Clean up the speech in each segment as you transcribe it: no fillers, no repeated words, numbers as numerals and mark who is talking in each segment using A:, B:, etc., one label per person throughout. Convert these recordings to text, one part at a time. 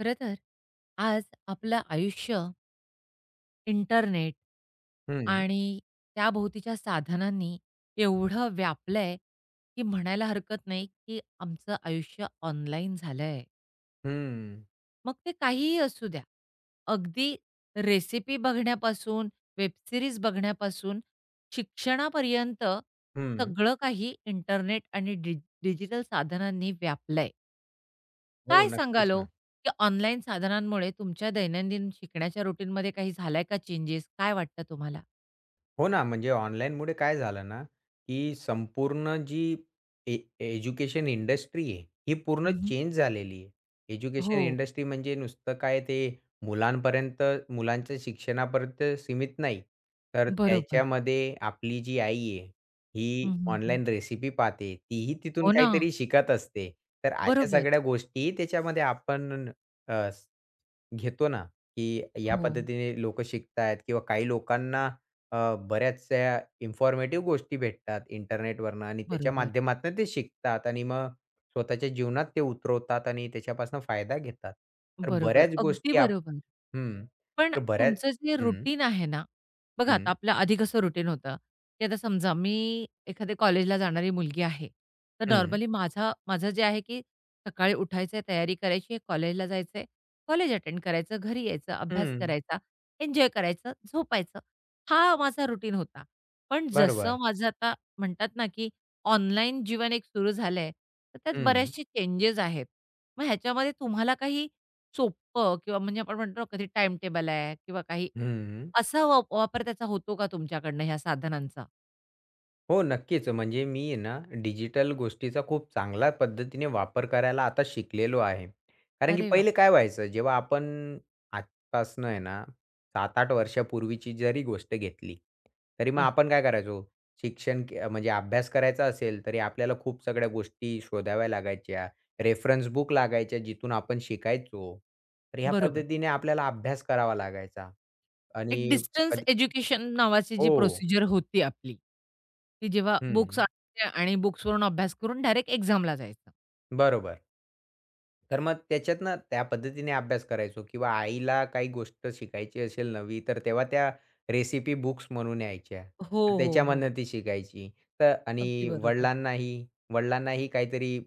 A: खरं तर आज आपलं आयुष्य इंटरनेट
B: हं,
A: आणि त्याभोवतीच्या साधनांनी एवढं व्यापलंय की म्हणायला हरकत नाही की आमचं आयुष्य ऑनलाईन झालंय.
B: हं,
A: मग ते काहीही असू द्या. अगदी रेसिपी बघण्यापासून, वेब सीरीज बघण्यापासून, शिक्षणापर्यंत
B: हं.
A: सगळं काही इंटरनेट आणि डिजिटल साधनांनी व्यापलंय.
B: हो,
A: काय
B: नक्कीच
A: सांगाल ओ,
B: ना.
A: की ऑनलाईन साधनांमुळे तुमच्या दैनंदिन शिकण्याच्या रुटीनमध्ये काही झालाय का चेंजेस? काय वाटतं तुम्हाला?
B: हो ना, म्हणजे ऑनलाईनमुळे काय झालं ना, की संपूर्ण जी एज्युकेशन इंडस्ट्री आहे, ही पूर्ण
A: हं,
B: चेंज झालेली आहे. एज्युकेशन
A: हो,
B: इंडस्ट्री म्हणजे नुसतं काय ते मुलांपर्यंत मुलांच्या शिक्षणापर्यंत सीमित नाही. तर
A: बरोबर.
B: त्याच्यामध्ये आपली जी आई आहे, ही
A: हं,
B: ऑनलाईन रेसिपी पाहते. तीही तिथून
A: हो ना.
B: काहीतरी शिकत असते. तर अशा
A: बरोबर.
B: सगळ्या गोष्टी त्याच्यामध्ये आपण अ, घेतो ना, की या
A: हो,
B: पद्धतीने लोकं शिकतायत किंवा काही लोकांना बऱ्याचशा इन्फॉर्मेटिव्ह गोष्टी भेटतात इंटरनेटवरनं आणि त्याच्या
A: बरोबर.
B: माध्यमातून ते शिकतात आणि मग स्वतःच्या जीवनात ते उतरवतात आणि त्याच्यापासून फायदा घेतात. तर
A: बरोबर.
B: बऱ्याच
A: अगदी
B: गोष्टी आप
A: बरोबर.
B: हं.
A: पण
B: तर बऱ्याच
A: तुमचं जे
B: हं,
A: रुटीन आहे ना, बघा आता
B: हं,
A: आपलं आधी कसं रुटीन होतं, की आता समजा मी एखाद्या कॉलेजला जाणारी मुलगी आहे. तर
B: हं,
A: नॉर्मली माझं जे आहे, की सकाळी उठायचंय, तयारी करायची आहे, कॉलेजला जायचंय, कॉलेज अटेंड करायचं, घरी यायचं, अभ्यास
B: हं.
A: करायचा, एन्जॉय करायचं, झोपायचं. हा माझा रुटीन होता. पण जसं
B: बरोबर.
A: माझं आता म्हणतात ना, की ऑनलाईन जीवन एक सुरू झालंय, तर त्यात
B: हं,
A: बऱ्याचशे चेंजेस आहेत. मग ह्याच्यामध्ये तुम्हाला काही सोपं किंवा म्हणजे आपण म्हणतो ना कधी टाईम टेबल आहे किंवा काही
B: हं.
A: असा वापर त्याचा होतो का तुमच्याकडनं ह्या साधनांचा?
B: हो, नक्कीच. म्हणजे मी आहे ना, डिजिटल गोष्टीचा खूप चांगल्या पद्धतीने वापर करायला आता शिकलेलो आहे. कारण की
A: अरे वा.
B: पहिले काय व्हायचं, जेव्हा आपण आजपासनं आहे ना 7-8 वर्षापूर्वीची जरी गोष्ट घेतली, तरी मग
A: आह,
B: आपण काय करायचो, शिक्षण म्हणजे अभ्यास करायचा असेल, तरी आपल्याला खूप सगळ्या गोष्टी शोधाव्या लागायच्या. रेफरन्स बुक लागायच्या, जिथून आपण शिकायचो. तर ह्या
A: बरोबर.
B: पद्धतीने आपल्याला अभ्यास करावा लागायचा
A: एक
B: आणि
A: डिस्टन्स
B: कधी
A: एज्युकेशन नावाची जी
B: हो.
A: प्रोसिजर होती आपली, ती जेव्हा बुक्स
B: हं.
A: आणायचे आणि बुक्सवरून अभ्यास करून डायरेक्ट एक्झामला जायचं.
B: बरोबर. तर मग त्याच्यातनं त्या पद्धतीने अभ्यास करायचो किंवा आईला काही गोष्ट शिकायची असेल नवी, तर तेव्हा त्या रेसिपी बुक्स म्हणून यायच्या.
A: हो,
B: तर
A: हो, हो.
B: त्याच्यामधनं ती शिकायची. तर
A: अगदी
B: आणि
A: बरोबर.
B: वडिलांनाही वडिलांनाही काहीतरी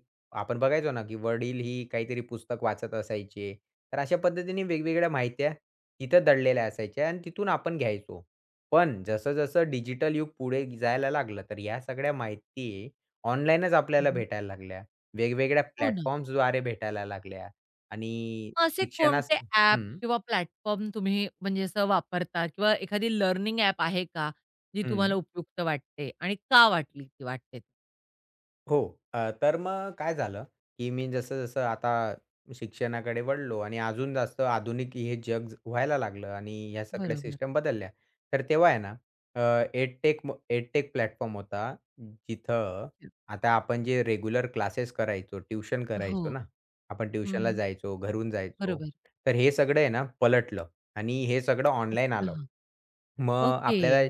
B: आपण बघायचो ना, की वडील ही काहीतरी पुस्तक वाचत असायचे. तर अशा पद्धतीने वेगवेगळ्या माहित्या तिथं दडलेल्या असायच्या आणि तिथून आपण घ्यायचो. पण जसं-जसं डिजिटल युग पुढे जायला लागलं, तर ह्या सगळ्या माहिती ऑनलाईनच आपल्याला
A: हं,
B: भेटायला लागल्या. वेगवेगळ्या
A: हो ना.
B: प्लॅटफॉर्म्सद्वारे भेटायला लागल्या आणि
A: मग असे
B: शिक्षणास
A: कोणते ॲप
B: हं,
A: किंवा प्लॅटफॉर्म तुम्ही म्हणजे असं वापरता किंवा एखादी लर्निंग ॲप आहे का, जी तुम्हाला
B: हं.
A: उपयुक्त वाटते आणि का वाटली ती वाटते?
B: हो. तर मग काय झालं, की मी जसं-जसं आता शिक्षणाकडे वळलो आणि अजून जास्त आधुनिक हे जग ज- व्हायला लागलं आणि ह्या सगळ्या
A: बरोबर.
B: सिस्टम बदलल्या. तर तेव्हा आहे ना, अ, एडटेक एडटेक प्लॅटफॉर्म होता. जिथं
A: अच्छा.
B: आता आपण जे रेग्युलर क्लासेस करायचो, ट्युशन
A: हो.
B: करायचो ना, आपण
A: हं,
B: ट्युशनला
A: हं.
B: जायचो, घरून जायचो.
A: बरोबर.
B: तर हे सगळं आहे ना, पलटलं आणि हे सगळं ऑनलाईन आलं.
A: हां.
B: मग
A: ओके.
B: आपल्याला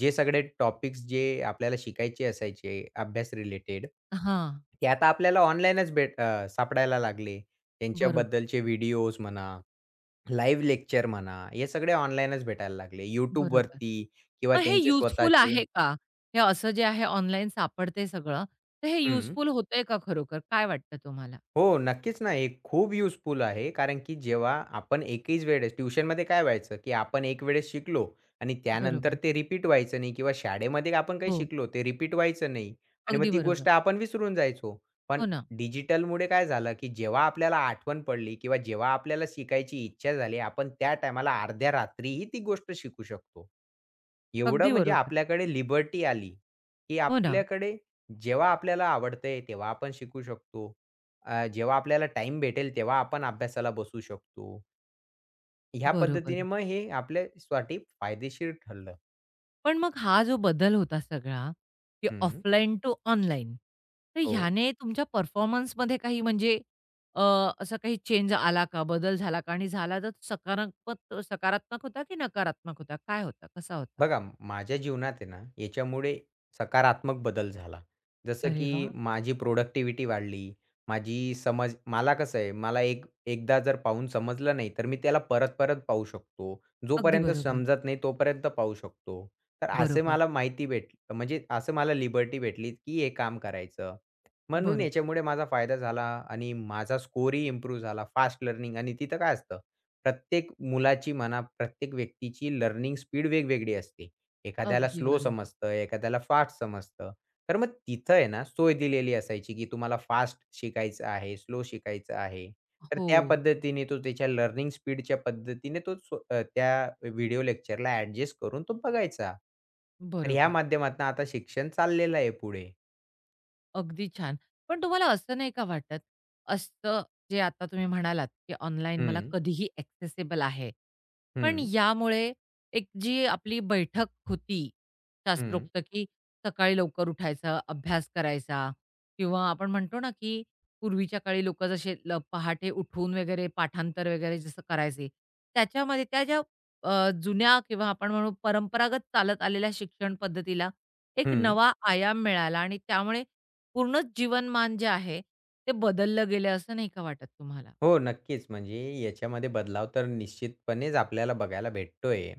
B: जे सगळे टॉपिक्स जे आपल्याला शिकायचे असायचे अभ्यास रिलेटेड,
A: हां.
B: ते आता आपल्याला ऑनलाईनच भेट सापडायला लागले.
A: बरोबर,
B: त्यांच्याबद्दलचे व्हिडिओज म्हणा, लाईव्ह लेक्चर म्हणा, हे सगळे ऑनलाईनच भेटायला लागले. YouTube
A: बरोबर.
B: वरती, किंवा
A: मग हे
B: त्यांचे
A: युजफुल
B: स्वतःचे
A: आहे का? हे असं जे आहे ऑनलाईन सापडते सगळं, तर हे
B: हं.
A: युजफुल होतंय का खरोखर? काय वाटतं तुम्हाला?
B: हो, नक्कीच ना. हे खूप युजफुल आहे. कारण की जेव्हा आपण एकीच वेळेस ट्युशनमध्ये काय व्हायचं, की आपण एक वेळेस शिकलो आणि त्यानंतर
A: बरोबर.
B: ते रिपीट व्हायचं नाही किंवा शाळेमध्ये आपण काही
A: हो.
B: शिकलो ते रिपीट व्हायचं नाही आणि
A: अगदी
B: मग ती
A: बरोबर.
B: गोष्ट आपण विसरून जायचो. पण
A: हो ना.
B: डिजिटलमुळे काय झालं, की जेव्हा आपल्याला आठवण पडली किंवा जेव्हा आपल्याला शिकायची इच्छा झाली, आपण त्या टायमाला अर्ध्या रात्रीही ती गोष्ट शिकू शकतो. एवढं
A: अगदी
B: म्हणजे
A: बरोबर.
B: आपल्याकडे लिबर्टी आली, की
A: हो ना.
B: आपल्याकडे जेव्हा आपल्याला आवडतंय तेव्हा आपण शिकू शकतो. जेव्हा आपल्याला टाइम भेटेल तेव्हा आपण अभ्यासाला बसू शकतो. ह्या पद्धतीने
A: बरोबर.
B: मग हे आपल्यासाठी फायदेशीर ठरलं.
A: पण मग हा जो बदल होता सगळा, की
B: हं.
A: ऑफलाईन टू ऑनलाईन, तर
B: हो.
A: ह्याने तुमच्या परफॉर्मन्समध्ये काही म्हणजे अ, असा काही चेंज आला का? बदल झाला का? आणि झाला तर सकारात्मक सकारात्मक होता की नकारात्मक होता? काय होता? कसा होता?
B: बघा माझ्या जीवनात आहे ना, याच्यामुळे सकारात्मक बदल झाला. जसं
A: अरे वा,
B: की माझी प्रॉडक्टिव्हिटी वाढली. माझी समज मला कसं आहे, मला एक एकदा जर पाहून समजलं नाही, तर मी त्याला परत-परत पाहू शकतो.
A: अगदी
B: जोपर्यंत
A: बरोबर.
B: समजत नाही तोपर्यंत पाहू शकतो. तर असे
A: बरोबर.
B: मला माहिती भेटली म्हणजे असं मला लिबर्टी भेटली, की हे काम करायचं. म्हणून
A: बरोबर.
B: याच्यामुळे माझा फायदा झाला आणि माझा स्कोरही इम्प्रूव्ह झाला. फास्ट लर्निंग आणि तिथं काय असतं, प्रत्येक मुलाची म्हणा, प्रत्येक व्यक्तीची लर्निंग स्पीड वेगवेगळी असते. एखाद्याला
A: अगदी
B: स्लो
A: बरोबर.
B: समजतं, एखाद्याला फास्ट समजतं. तर मग तिथं आहे ना, सोय दिलेली असायची, की तुम्हाला फास्ट शिकायचं आहे, स्लो शिकायचं आहे. तर
A: हो.
B: त्या पद्धतीने तो त्याच्या लर्निंग स्पीडच्या पद्धतीने तो स्व त्या व्हिडिओ लेक्चरला ॲडजस्ट करून तो बघायचा. तर ह्या
A: बरोबर.
B: माध्यमातून आता शिक्षण चाललेलं आहे पुढे.
A: अगदी छान. पण तुम्हाला असं नाही का वाटत, असं जे आता तुम्ही म्हणालात, की ऑनलाईन मला
B: हं,
A: कधीही ॲक्सेसिबल आहे. पण
B: हं.
A: यामुळे एक जी आपली बैठक होती
B: हं,
A: शास्त्रोक्त, की सकाळी लवकर उठायचं, अभ्यास करायचा किंवा आपण म्हणतो ना, की पूर्वीच्या काळी लोकं जसे पहाटे उठून वगैरे पाठांतर वगैरे जसं करायचे, त्याच्यामध्ये त्या ज्या अ, जुन्या किंवा आपण म्हणू परंपरागत चालत आलेल्या शिक्षण पद्धतीला एक
B: हं.
A: नवा आयाम मिळाला आणि त्यामुळे पूर्णच जीवनमान जे आहे, ते बदललं गेलं असं नाही का वाटत तुम्हाला?
B: हो, नक्कीच. म्हणजे याच्यामध्ये बदलाव तर निश्चितपणेच आपल्याला बघायला भेटतोय.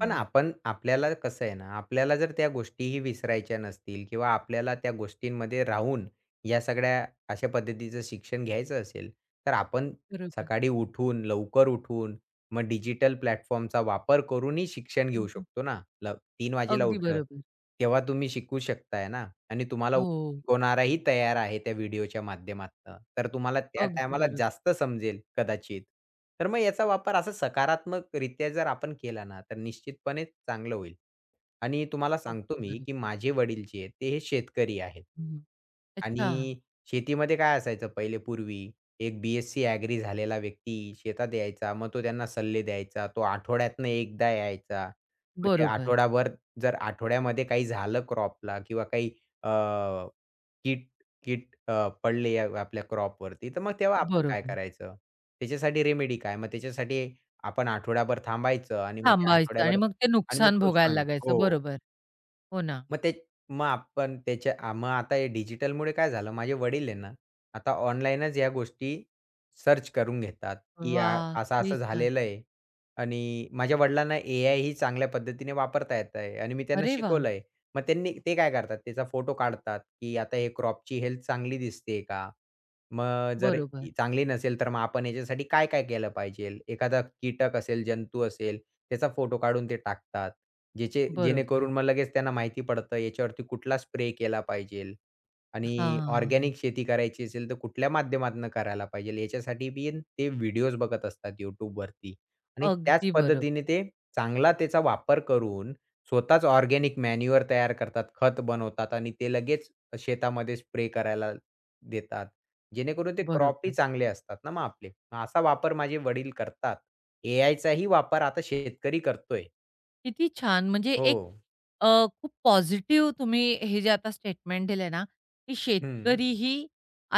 B: पण आपण आपल्याला कसं आहे ना, आपल्याला जर त्या गोष्टीही विसरायच्या नसतील किंवा आपल्याला त्या गोष्टींमध्ये राहून या सगळ्या अशा पद्धतीचं शिक्षण घ्यायचं असेल, तर आपण
A: बरोबर.
B: सकाळी उठून, लवकर उठून, मग डिजिटल प्लॅटफॉर्मचा वापर करूनही शिक्षण
A: हं,
B: घेऊ
A: हं.
B: शकतो ना. ल 3:00 वाजेला
A: अगदी
B: उठलं,
A: बरोबर.
B: तेव्हा तुम्ही शिकू शकताय ना आणि तुम्हाला
A: हो,
B: शिकवणाराही तयार आहे त्या व्हिडिओच्या माध्यमातनं. तर तुम्हाला त्या
A: अगदी
B: टायमाला
A: बरोबर,
B: जास्त समजेल कदाचित. तर मग याचा वापर असा सकारात्मकरित्या जर आपण केला ना, तर निश्चितपणेच चांगलं होईल. आणि तुम्हाला सांगतो
A: अगदी
B: मी,
A: बरोबर.
B: की माझे वडील जे आहेत ते हे शेतकरी आहेत.
A: हं, अच्छा,
B: आणि शेतीमध्ये काय असायचं पहिले पूर्वी एक बी-एस-सी ॲग्री झालेला व्यक्ती शेतात यायचा. मग तो त्यांना सल्ले द्यायचा. तो आठवड्यातनं एकदा यायचा. मग ते
A: बरोबर,
B: आठवडाभर जर आठवड्यामध्ये काही झालं क्रॉपला किंवा काही अ, कीट कीट पडले या आपल्या क्रॉपवरती, तर मग तेव्हा आपण काय
A: बरोबर.
B: करायचं? त्याच्यासाठी रेमेडी काय? मग त्याच्यासाठी आपण आठवडाभर थांबायचं आणि मग त्या
A: थांबायचं आणि
B: आठवड्याभर
A: मग ते
B: आणि मग
A: नुकसान
B: तो
A: भोगायला
B: सांग
A: लागायचं.
B: हो.
A: बरोबर. हो ना.
B: मग ते मग आपण त्याच्या आ, मग आता हे डिजिटलमुळे काय झालं, माझे वडील आहे ना, आता ऑनलाईनच या गोष्टी सर्च करून घेतात, की आ,
A: वाह! किती
B: असं-असं
A: छान.
B: झालेलं आहे आणि माझ्या वडिलांना एआय ही चांगल्या पद्धतीने वापरता येत आहे आणि मी त्यांना
A: अरे वाह!
B: शिकवलं आहे. मग त्यांनी ते काय करतात, त्याचा फोटो काढतात, की आता हे क्रॉपची हेल्थ चांगली दिसते का? मग जर
A: बरोबर,
B: इ- चांगली नसेल, तर मग आपण याच्यासाठी काय-काय केलं पाहिजे? एखादा कीटक असेल, जंतू असेल, त्याचा फोटो काढून ते टाकतात. ज्याचे
A: बरोबर.
B: जेणेकरून मग लगेच त्यांना माहिती पडतं याच्यावरती कुठला स्प्रे केला पाहिजेल आणि
A: हां,
B: ऑर्गॅनिक शेती करायची असेल तर कुठल्या माध्यमातून करायला पाहिजेल याच्यासाठी बी ते व्हिडिओज बघत असतात YouTubeवरती आणि त्याच
A: अगदी बरोबर,
B: पद्धतीने ते चांगला त्याचा वापर करून स्वतःच ऑर्गॅनिक मॅन्युअर तयार करतात, खत बनवतात आणि ते लगेच शेतामध्ये स्प्रे करायला देतात. जेणेकरून ते क्रॉपही
A: बरोबर.
B: चांगले असतात ना मग आपले. मग असा वापर माझे वडील करतात. एआयचाही वापर आता शेतकरी करतोय.
A: किती छान! म्हणजे एक
B: हो.
A: अ, खूप पॉझिटिव्ह तुम्ही हे जे आता स्टेटमेंट दिलंय ना, की
B: हं,
A: शेतकरीही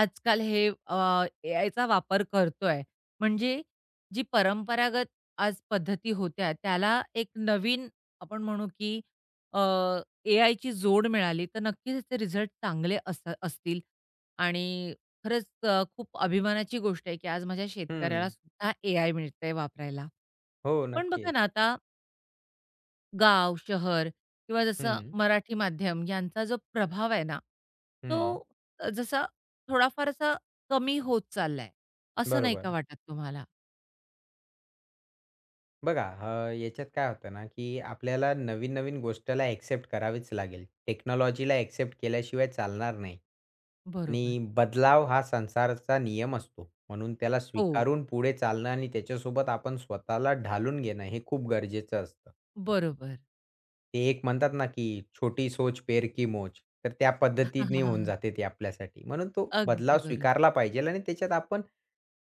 A: आजकाल हे एआयचा वापर करतोय. म्हणजे जी परंपरागत आज पद्धती होत्या, त्याला एक नवीन आपण म्हणू की अ, एआयची जोड मिळाली, तर नक्कीच त्याचे रिझल्ट चांगले असतील. आणि खरंच खूप अभिमानाची गोष्ट आहे, की आज माझ्या शेतकऱ्याला
B: हं.
A: सुद्धा एआय मिळतंय वापरायला.
B: हो,
A: पण बघा
B: नक्कीच.
A: ना, आता गाव, शहर किंवा जसं
B: हं,
A: मराठी माध्यम यांचा जो प्रभाव आहे ना,
B: हं.
A: तो जसा थोडाफार असा कमी होत चाललाय, असं नाही
B: बरोबर.
A: का वाटत तुम्हाला?
B: बघा याच्यात काय होतं ना, की आपल्याला नवीन-नवीन गोष्टीला एक्सेप्ट करावीच लागेल. टेक्नॉलॉजीला एक्सेप्ट केल्याशिवाय चालणार नाही.
A: बरोबर.
B: आणि बदलाव हा संसाराचा नियम असतो. म्हणून त्याला
A: हो,
B: स्वीकारून पुढे चालणं आणि त्याच्यासोबत आपण स्वतःला ढालून घेणं हे खूप गरजेचं असतं.
A: बरोबर.
B: ते एक म्हणतात ना, की छोटी सोच पेर की मोच. तर त्या पद्धतीने होऊन जाते ते आपल्यासाठी. म्हणून तो
A: अगदी
B: बदलाव
A: बरोबर.
B: स्वीकारला पाहिजेल आणि त्याच्यात आपण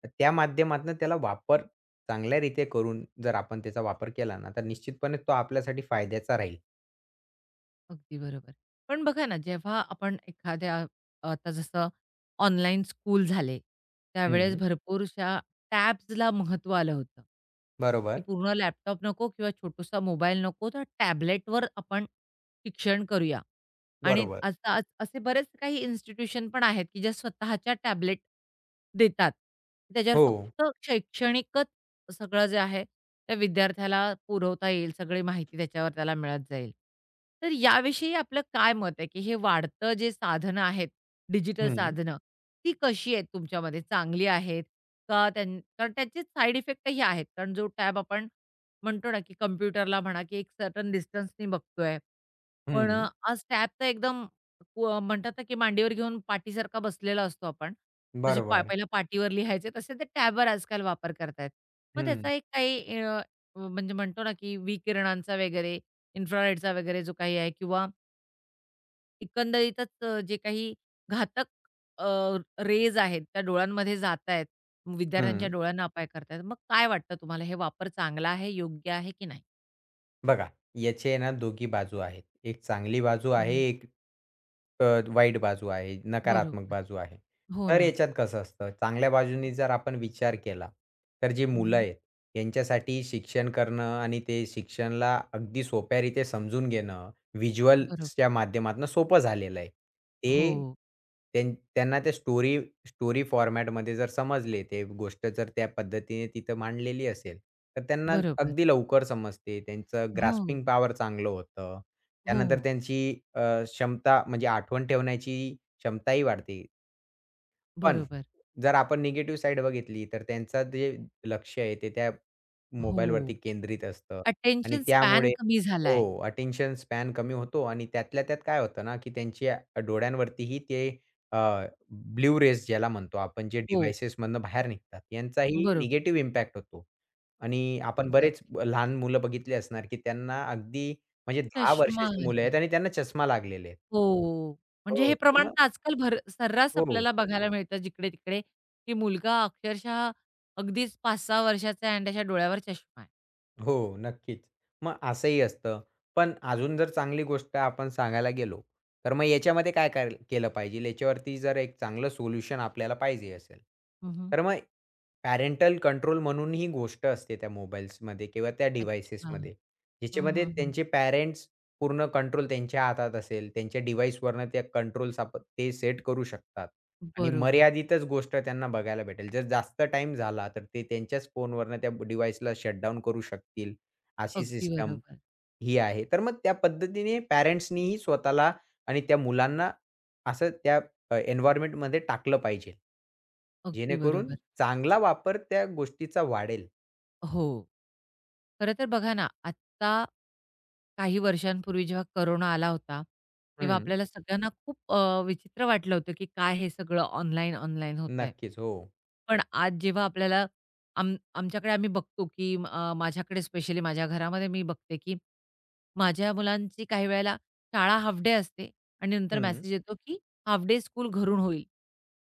B: त्या माध्यमातून त्याला वापर चांगल्यारीत्या करून जर आपण त्याचा वापर केला ना, तर निश्चितपणे तो आपल्यासाठी फायद्याचा राहील.
A: अगदी बरोबर. पण बघा ना, जेव्हा आपण एखाद्या आता जसं ऑनलाईन स्कूल झाले, त्यावेळेस
B: हं.
A: भरपूरशा टॅब्सला महत्त्व आलं होतं, की
B: बरोबर,
A: पूर्ण लॅपटॉप नको किंवा छोटूसा मोबाईल नको, तर टॅबलेटवर आपण शिक्षण करूया. आणि
B: बरोबर.
A: आज आज असे बरेच काही इन्स्टिट्यूशन पण आहेत, की ज्या स्वतःच्या टॅबलेट देतात. त्याच्यावर
B: हो.
A: फक्त शैक्षणिकच सगळं जे आहे त्या विद्यार्थ्याला पुरवता येईल, सगळी माहिती त्याच्यावर त्याला मिळत जाईल. तर याविषयी आपलं काय मत आहे, की हे वाढतं जे साधनं आहेत, डिजिटल
B: हं,
A: साधनं, ती कशी आहेत तुमच्यामध्ये? चांगली आहेत का त्यां कारण त्याचे साइड इफेक्टही आहेत. कारण जो टॅब आपण म्हणतो ना, की कॉम्प्युटरला म्हणा, की एक सर्टन डिस्टन्सनी बघतोय. पण
B: हं.
A: आज टॅब तर एकदम व म्हणतात ना, की मांडीवर घेऊन पाटीसारखा बसलेला असतो आपण. जशी पा
B: बरोबर.
A: पहिला पाटीवर लिहायचे, तसे ते टॅबवर आजकाल वापर करतायत. मग
B: हं,
A: त्याचा एक काही म्हणजे म्हणतो ना, की विकिरणांचा वगैरे, इन्फ्रारेडचा वगैरे जो काही आहे किंवा एकंदरीतच जे काही घातक रेज आहेत त्या डोळ्यांमध्ये जातायत, विद्यार्थ्यांच्या
B: हं.
A: डोळ्यांना अपाय करतायत. मग काय वाटतं तुम्हाला हे वापर चांगला आहे, योग्य आहे की नाही?
B: बघा, याचे आहे ना दोघी बाजू आहेत. एक चांगली बाजू आहे,
A: हं,
B: एक अ, वाईट बाजू आहे, नकारात्मक
A: बरोबर.
B: बाजू आहे.
A: हो
B: तर
A: ना.
B: याच्यात कसं असतं, चांगल्या बाजूनी जर आपण विचार केला, तर जी
A: हं,
B: मुलं
A: हं.
B: आहेत, यांच्यासाठी शिक्षण करणं आणि ते शिक्षणाला अगदी सोप्या रीते समजून घेणं, व्हिज्युअल्सच्या
A: बरोबर.
B: माध्यमातून सोपं झालेलं आहे. ते
A: हो,
B: त्यां त्यांना ते स्टोरी स्टोरी फॉर्मॅटमध्ये जर समजले, ते गोष्ट जर त्या पद्धतीने तिथं मांडलेली असेल, तर त्यांना
A: बरोबर.
B: अगदी लवकर समजते. त्यांचं
A: हो,
B: ग्रास्पिंग पॉवर चांगलं होतं.
A: हो,
B: त्यानंतर त्यांची अ, क्षमता म्हणजे आठवण ठेवण्याची क्षमताही वाढते. पण
A: बरोबर.
B: जर आपण निगेटिव्ह साइड बघितली, तर त्यांचं जे लक्ष आहे ते त्या
A: हो,
B: मोबाईलवरती केंद्रित असतं आणि
A: अटेन्शन स्पॅन
B: त्यामुळे
A: कमी झालाय.
B: हो, अटेन्शन स्पॅन कमी होतो आणि त्यातल्या त्यात काय होतं ना, की त्यांच्या डोळ्यांवरतीही ते अ, ब्लू रेज ज्याला म्हणतो आपण जे
A: हो,
B: डिव्हाइसेसमधनं बाहेर निघतात, यांचाही
A: बरोबर.
B: निगेटिव्ह इम्पॅक्ट होतो. आणि आपण बरेच
A: एक्झॅक्टली.
B: ब- लहान मुलं बघितली असणार, की त्यांना अगदी म्हणजे 10
A: चष्मा
B: वर्षाची मुलं आहेत
A: आहे.
B: आणि त्यांना चष्मा लागलेले आहेत.
A: हो. म्हणजे
B: हो,
A: हे
B: तर
A: प्रमाण
B: मग
A: तर आजकाल भर सर्रास
B: हो.
A: आपल्याला बघायला मिळतं जिकडे-तिकडे, की मुलगा अक्षरशः अगदीच 5-6 वर्षाचा आहे आणि त्याच्या डोळ्यावर चष्मा आहे.
B: हो, नक्कीच. मग असंही असतं. पण अजून जर चांगली गोष्ट आपण सांगायला गेलो, तर मग याच्यामध्ये काय कर केलं पाहिजे? याच्यावरती जर एक चांगलं सोल्युशन आपल्याला पाहिजे असेल,
A: हं, हं.
B: तर मग पॅरेंटल कंट्रोल म्हणून ही गोष्ट असते त्या मोबाईल्समध्ये किंवा त्या
A: अच्छा.
B: डिव्हाइसेसमध्ये,
A: हं,
B: ज्याच्यामध्ये
A: हं, हं.
B: त्यांचे पॅरेंट्स पूर्ण कंट्रोल त्यांच्या हातात असेल. त्यांच्या डिव्हाइसवरनं त्या कंट्रोल्स आपण ते सेट करू शकतात. आणि
A: बरोबर.
B: मर्यादितच गोष्ट त्यांना बघायला भेटेल. जर जास्त टाईम झाला, तर ते त्यांच्याच फोनवरनं त्या डिव्हाइसला शटडाउन करू शकतील. अशी
A: अगदी
B: सिस्टम
A: बरोबर.
B: ही आहे. तर मग त्या पद्धतीने पॅरेंट्सनीही स्वतःला आणि त्या मुलांना असं त्या एन्व्हायर्नमेंटमध्ये टाकलं पाहिजे.
A: अगदी
B: जेणेकरून
A: बरोबर.
B: चांगला वापर त्या गोष्टीचा वाढेल.
A: हो. खरं तर बघा ना, आत्ता काही वर्षांपूर्वी जेव्हा करोना आला होता, तेव्हा
B: हं.
A: आपल्याला सगळ्यांना खूप विचित्र वाटलं होतं, की काय हे सगळं ऑनलाईन, ऑनलाईन होतंय.
B: नक्कीच. हो.
A: पण आज जेव्हा आपल्याला आमच्याकडे आम्ही बघतो, की माझ्याकडे स्पेशली माझ्या घरामध्ये मी बघते, की माझ्या मुलांची काही वेळेला शाळा हाल्फ डे असते आणि नंतर
B: हं.
A: मेसेज येतो, की हाल्फ डे स्कूल घरून होईल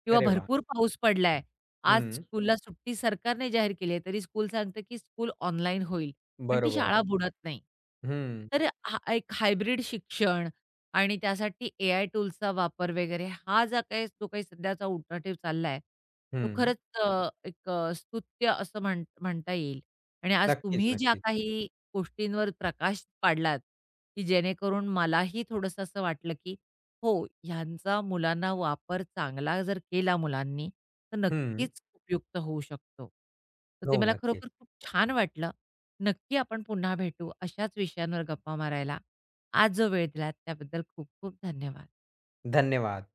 A: किंवा
B: अरे वाह!
A: भरपूर पाऊस पडलाय. आज
B: हं.
A: स्कूलला सुट्टी सरकारने जाहीर केली आहे, तरी स्कूल सांगतं की स्कूल ऑनलाईन होईल आणि ती
B: बरोबर.
A: शाळा बरोबर. बुडत नाही.
B: हं.
A: तर हा एक हायब्रिड शिक्षण आणि त्यासाठी एआय टूल्सचा वापर वगैरे हा जो काही सध्याचा अल्टरनेटिव्ह चालला तो
B: हं.
A: खरंच एक स्तुत्य असं म्हणता येईल. आणि आज
B: नक्कीच,
A: तुम्ही ज्या
B: नक्कीच.
A: काही गोष्टींवर प्रकाश पाडलात, की जेणेकरून मलाही थोडंसं असं वाटलं, की हो, ह्यांचा मुलांना वापर चांगला जर केला मुलांनी, तर
B: हं.
A: नक्कीच उपयुक्त होऊ शकतो. तर ते
B: हो,
A: मला
B: नक्कीच.
A: खरोखर खूप छान वाटलं. नक्की आपण पुन्हा भेटू अशाच विषयांवर गप्पा मारायला. आज जो वेळ दिलात त्याबद्दल खूप खूप धन्यवाद.
B: धन्यवाद.